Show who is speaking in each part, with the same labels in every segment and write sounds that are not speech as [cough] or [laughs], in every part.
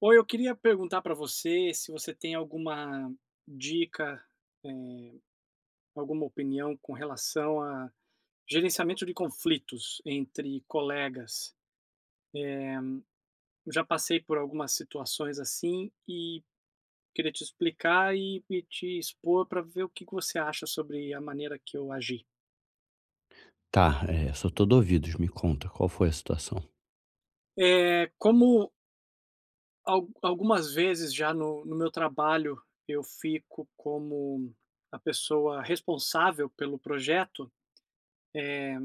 Speaker 1: Oi, eu queria perguntar para você se você tem alguma dica, eh, alguma opinião com relação a gerenciamento de conflitos entre colegas. Eu já passei por algumas situações assim e queria te explicar e te expor para ver o que que você acha sobre a maneira que eu agi.
Speaker 2: Tá, é, sou todo ouvidos. Me conta, qual foi a situação?
Speaker 1: É, como algumas vezes já no meu trabalho eu fico como a pessoa responsável pelo projeto. eh,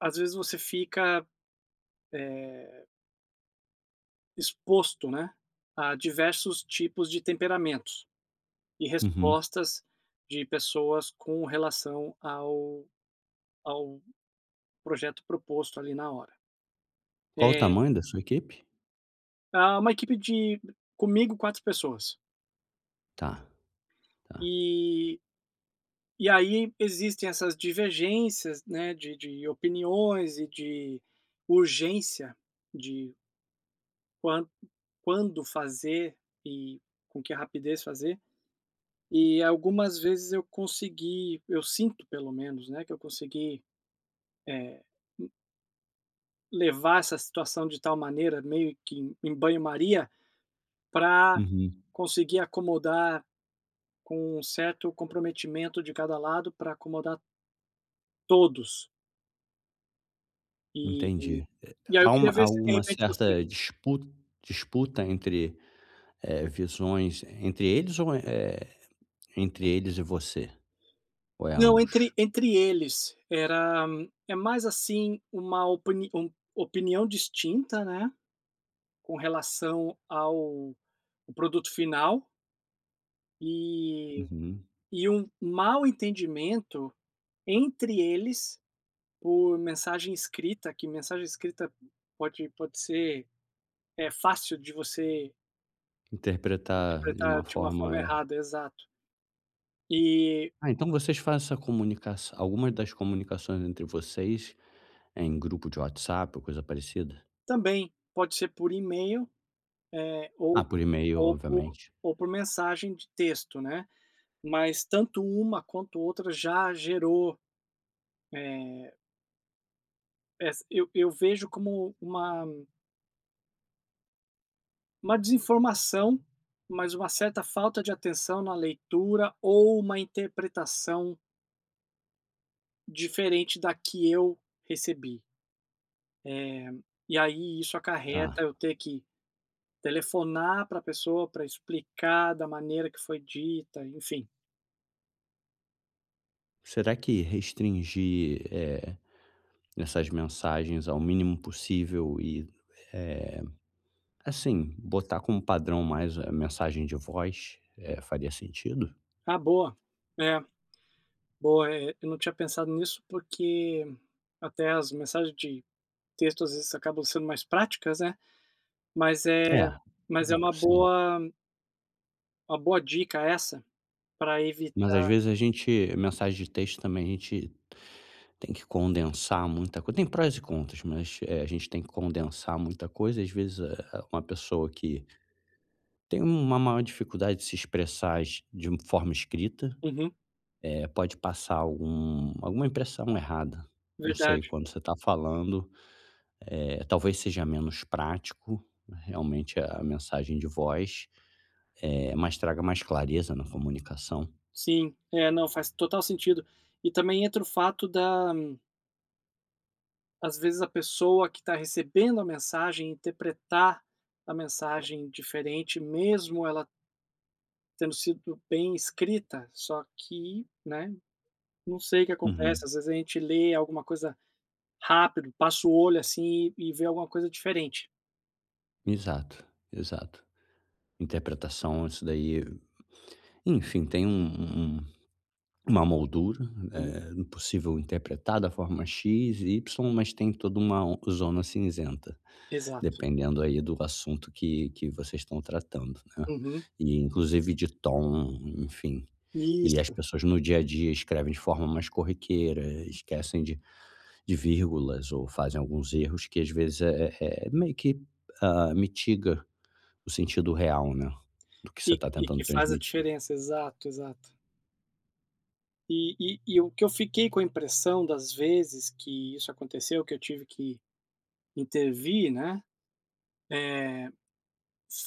Speaker 1: Às vezes você fica, eh, exposto, né, a diversos tipos de temperamentos e
Speaker 2: Uhum.
Speaker 1: respostas de pessoas com relação ao projeto proposto ali na hora.
Speaker 2: Qual o
Speaker 1: É,
Speaker 2: tamanho da sua equipe?
Speaker 1: há uma equipe de, comigo, 4 pessoas,
Speaker 2: Tá, tá.
Speaker 1: e e aí existem essas divergências, né, de opiniões e de urgência de quan quando fazer e com que rapidez fazer. E algumas vezes eu sinto pelo menos, né, que eu consegui, eh, hum, levar essa situação de tal maneira, meio que em banho-maria, para
Speaker 2: Uhum,
Speaker 1: conseguir acomodar com um certo comprometimento de cada lado, para acomodar todos. E
Speaker 2: entendi.
Speaker 1: e aí eu
Speaker 2: Há
Speaker 1: queria
Speaker 2: uma
Speaker 1: ver
Speaker 2: há
Speaker 1: se de
Speaker 2: uma
Speaker 1: repente você...
Speaker 2: certa disputa entre, visões entre eles ou é entre eles e você? Ou é
Speaker 1: Não,
Speaker 2: ambos?
Speaker 1: entre eles, era, é mais, assim, uma opini um opinião distinta, né, com relação ao o produto final. E
Speaker 2: Uhum.
Speaker 1: e um mau entendimento entre eles por mensagem escrita, que mensagem escrita pode ser, é fácil de você
Speaker 2: Interpretar de
Speaker 1: interpretar
Speaker 2: uma
Speaker 1: de uma
Speaker 2: forma
Speaker 1: forma
Speaker 2: é
Speaker 1: errada, exato. E
Speaker 2: ah, então vocês fazem essa comunicação algumas das comunicações entre vocês é em grupo de WhatsApp ou coisa parecida?
Speaker 1: também pode ser por e-mail,
Speaker 2: Ah,
Speaker 1: ou
Speaker 2: por e-mail,
Speaker 1: ou por
Speaker 2: obviamente.
Speaker 1: ou por mensagem de texto, né. Mas tanto uma quanto outra já gerou, eh, ess eu vejo como uma desinformação, mas uma certa falta de atenção na leitura ou uma interpretação diferente da que eu recebi. Eh, e aí isso
Speaker 2: Tá.
Speaker 1: acarreta eu ter que telefonar para a pessoa para explicar da maneira que foi dita, enfim.
Speaker 2: Será que restringir, essas mensagens ao mínimo possível e, eh, assim, botar como padrão mais a mensagem de voz, faria sentido?
Speaker 1: Ah, boa. É, boa, eu não tinha pensado nisso porque até as mensagens de texto às vezes acabam sendo mais práticas, né, mas é,
Speaker 2: É,
Speaker 1: mas é uma
Speaker 2: sim.
Speaker 1: boa, uma boa dica essa para...
Speaker 2: Mas às vezes a gente mensagem de texto também a gente tem que condensar muita coisa, tem prós e contras, mas, a gente tem que condensar muita coisa, às vezes, uma pessoa que tem uma maior dificuldade de se expressar de forma escrita.
Speaker 1: Uhum,
Speaker 2: Eh, pode passar algum alguma impressão errada. Não sei,
Speaker 1: verdade.
Speaker 2: quando você está falando, talvez seja menos prático, realmente, a mensagem de voz, mas traga mais clareza na comunicação.
Speaker 1: Sim, é, não, faz total sentido. E também entra o fato da às vezes a pessoa que está recebendo a mensagem interpretar a mensagem diferente, mesmo ela tendo sido bem escrita, só que, né, não sei o que
Speaker 2: Uhum.
Speaker 1: acontece, às vezes a gente lê alguma coisa rápido, passa o olho assim e vê alguma coisa diferente.
Speaker 2: Exato, exato. Interpretação, isso daí, enfim, tem um uma moldura,
Speaker 1: Uhum,
Speaker 2: possível interpretar da forma X e Y, mas tem toda uma zona cinzenta.
Speaker 1: exato.
Speaker 2: Dependendo aí do assunto que vocês estão tratando, né.
Speaker 1: Uhum,
Speaker 2: E inclusive de tom, enfim. E as
Speaker 1: isso.
Speaker 2: pessoas no dia a dia escrevem de forma mais corriqueira, esquecem de vírgulas ou fazem alguns erros que às vezes é meio que, ah, mitiga o sentido real, né, do que você está
Speaker 1: E
Speaker 2: tentando
Speaker 1: que faz a
Speaker 2: transmitir.
Speaker 1: diferença, exato, exato. E o que eu fiquei com a impressão das vezes que isso aconteceu, que eu tive que intervir, né, eh,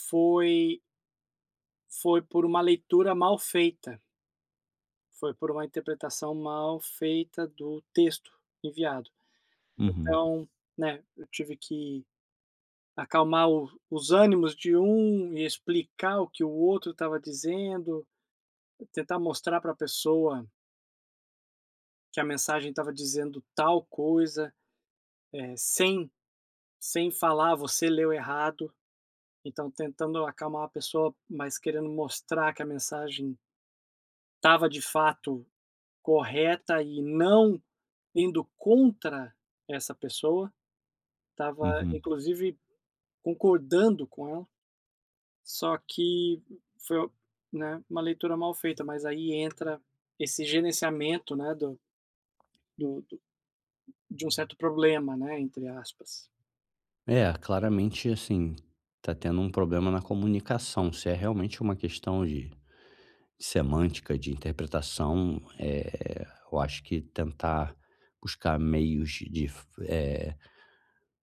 Speaker 1: foi, foi por uma leitura mal feita, foi por uma interpretação mal feita do texto enviado.
Speaker 2: Uhum,
Speaker 1: Então, né, eu tive que acalmar o os ânimos de um e explicar o que o outro estava dizendo, tentar mostrar para a pessoa que a mensagem estava dizendo tal coisa, sem Sem falar: "Você leu errado", então tentando acalmar a pessoa, mas querendo mostrar que a mensagem estava de fato correta e não indo contra essa pessoa, estava
Speaker 2: uhum.
Speaker 1: inclusive concordando com ela, só que foi, né, uma leitura mal feita, mas aí entra esse gerenciamento, né, do de um certo problema, né, entre aspas.
Speaker 2: É, claramente, assim, está tendo um problema na comunicação, se é realmente uma questão de semântica, de interpretação, eu acho que tentar buscar meios de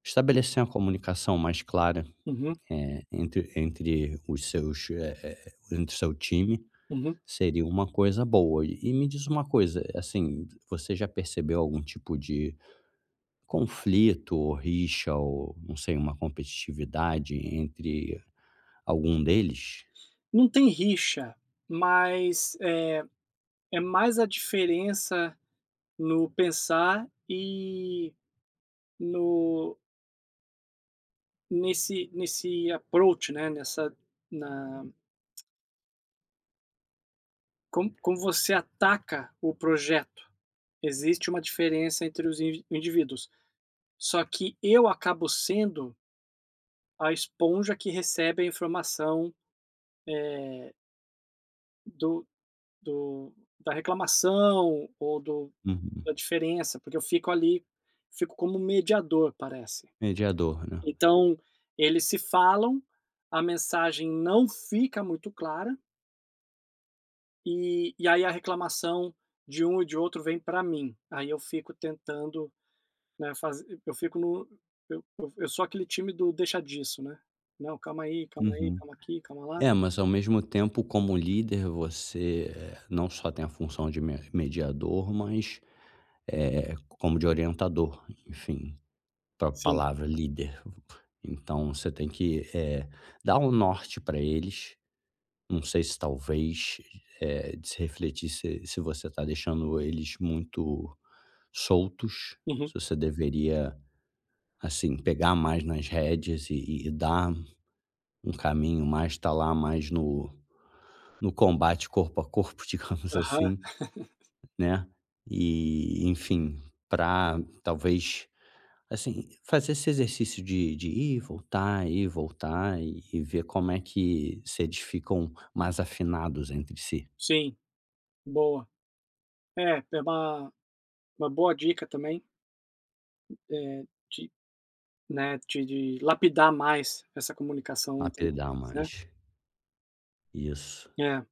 Speaker 2: estabelecer uma comunicação mais clara,
Speaker 1: Uhum,
Speaker 2: entre entre os seus, eh eh, entre o seu time,
Speaker 1: uhum.
Speaker 2: seria uma coisa boa. E me diz uma coisa, assim, você já percebeu algum tipo de conflito ou rixa ou, não sei, uma competitividade entre algum deles?
Speaker 1: Não tem rixa, mas é mais a diferença no pensar e no nesse, nesse approach, né, nessa na como como você ataca o projeto. Existe uma diferença entre os in indivíduos. Só que eu acabo sendo a esponja que recebe a informação do do da reclamação ou do,
Speaker 2: Uhum.
Speaker 1: da diferença, porque eu fico ali, fico como um mediador, parece.
Speaker 2: Mediador, né.
Speaker 1: Então, eles se falam, a mensagem não fica muito clara, e aí a reclamação de um e de outro vem para mim. Aí eu fico tentando, né, faz eu fico no, eu sou aquele time do deixa disso, né. "Não, calma aí, calma aí,
Speaker 2: Uhum.
Speaker 1: calma aqui, calma lá".
Speaker 2: É, mas ao mesmo tempo, como líder, você não só tem a função de me- mediador, mas como de orientador, enfim, para a
Speaker 1: Sim.
Speaker 2: palavra líder. Então, você tem que dar um norte para eles. Não sei se talvez de se refletir se, se você está deixando eles muito soltos, se
Speaker 1: Uhum.
Speaker 2: você deveria, assim, pegar mais nas rédeas e dar um caminho mais, estar lá mais no no combate corpo a corpo, [laughs] digamos
Speaker 1: Aham.
Speaker 2: assim, né? E, enfim, para talvez, assim, fazer esse exercício de ir, voltar e ver como é que se eles ficam mais afinados entre si,
Speaker 1: Sim, boa. É, é uma boa dica também, eh, de, né, de lapidar mais essa comunicação entre
Speaker 2: apelidar
Speaker 1: eles, né.
Speaker 2: mais. Isso.
Speaker 1: É.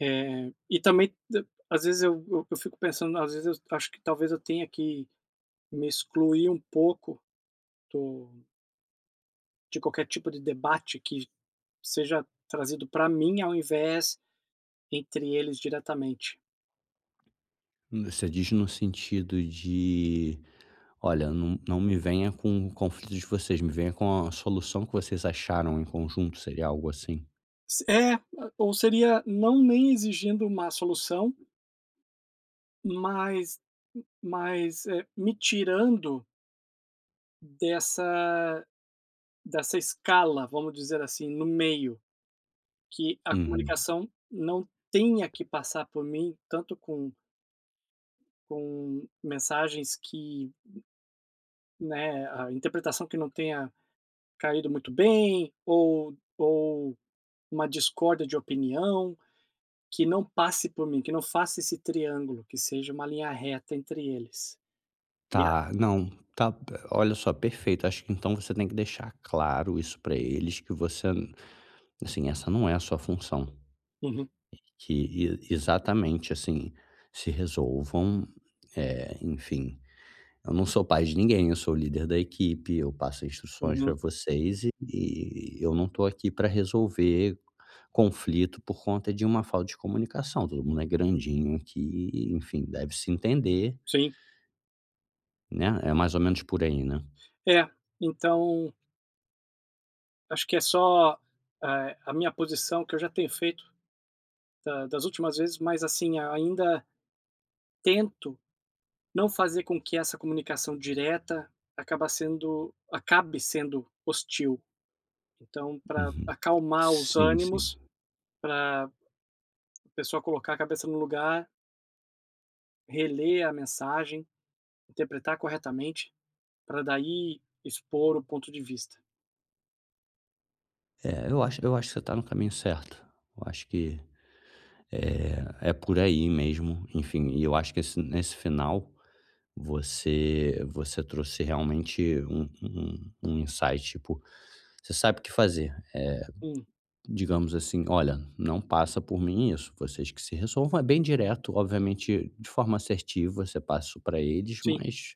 Speaker 1: E também d às vezes eu fico pensando, às vezes eu acho que talvez eu tenha que me excluir um pouco do de qualquer tipo de debate que seja trazido para mim, ao invés entre eles diretamente.
Speaker 2: Você diz no sentido de, olha, não, não me venha com o conflito de vocês, me venha com a solução que vocês acharam em conjunto, seria algo assim.
Speaker 1: Se é, ou seria não nem exigindo uma solução, mas mas, me tirando dessa dessa escala, vamos dizer assim, no meio, que a
Speaker 2: Uhum.
Speaker 1: comunicação não tenha que passar por mim, tanto com mensagens que, né, a interpretação que não tenha caído muito bem, ou uma discórdia de opinião, que não passe por mim, que não faça esse triângulo, que seja uma linha reta entre eles. E a...
Speaker 2: Tá, não, tá, olha só, perfeito. Acho que então você tem que deixar claro isso pra eles que você, assim, essa não é a sua função,
Speaker 1: Uhum,
Speaker 2: que e exatamente assim, se resolvam, enfim, eu não sou pai de ninguém, eu sou o líder da equipe, eu passo instruções pra
Speaker 1: uhum,
Speaker 2: vocês e eu não tô aqui pra resolver conflito por conta de uma falta de comunicação. Todo mundo é grandinho aqui, enfim, deve se entender,
Speaker 1: sim.
Speaker 2: né, é mais ou menos por aí, né?
Speaker 1: É, então acho que é só, a minha posição que eu já tenho feito da das últimas vezes, mas assim, ainda tento não fazer com que essa comunicação direta acaba sendo acabe sendo hostil. Então, para
Speaker 2: Uhum.
Speaker 1: acalmar os
Speaker 2: Sim, sim.
Speaker 1: ânimos, pra pessoa colocar a cabeça no lugar, reler a mensagem, interpretar corretamente, para daí expor o ponto de vista.
Speaker 2: É, eu acho que você está no caminho certo. Eu acho que é por aí mesmo, enfim, e eu acho que esse nesse final você trouxe realmente um insight, tipo, você sabe o que fazer.
Speaker 1: Hum,
Speaker 2: Digamos assim: "Olha, não passa por mim isso, vocês que se resolvam". É bem direto, obviamente de forma assertiva, você passa isso pra eles,
Speaker 1: sim,
Speaker 2: mas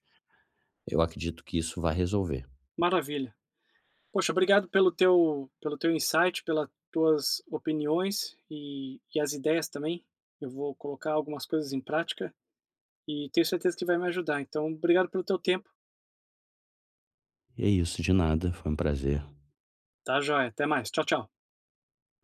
Speaker 2: eu acredito que isso vai resolver.
Speaker 1: maravilha. Poxa, obrigado pelo teu insight, pelas tuas opiniões e as ideias também. Eu vou colocar algumas coisas em prática e tenho certeza que vai me ajudar. Então, obrigado pelo teu tempo.
Speaker 2: E é isso, de nada, foi um prazer.
Speaker 1: Tá joia. Até mais. Tchau, tchau.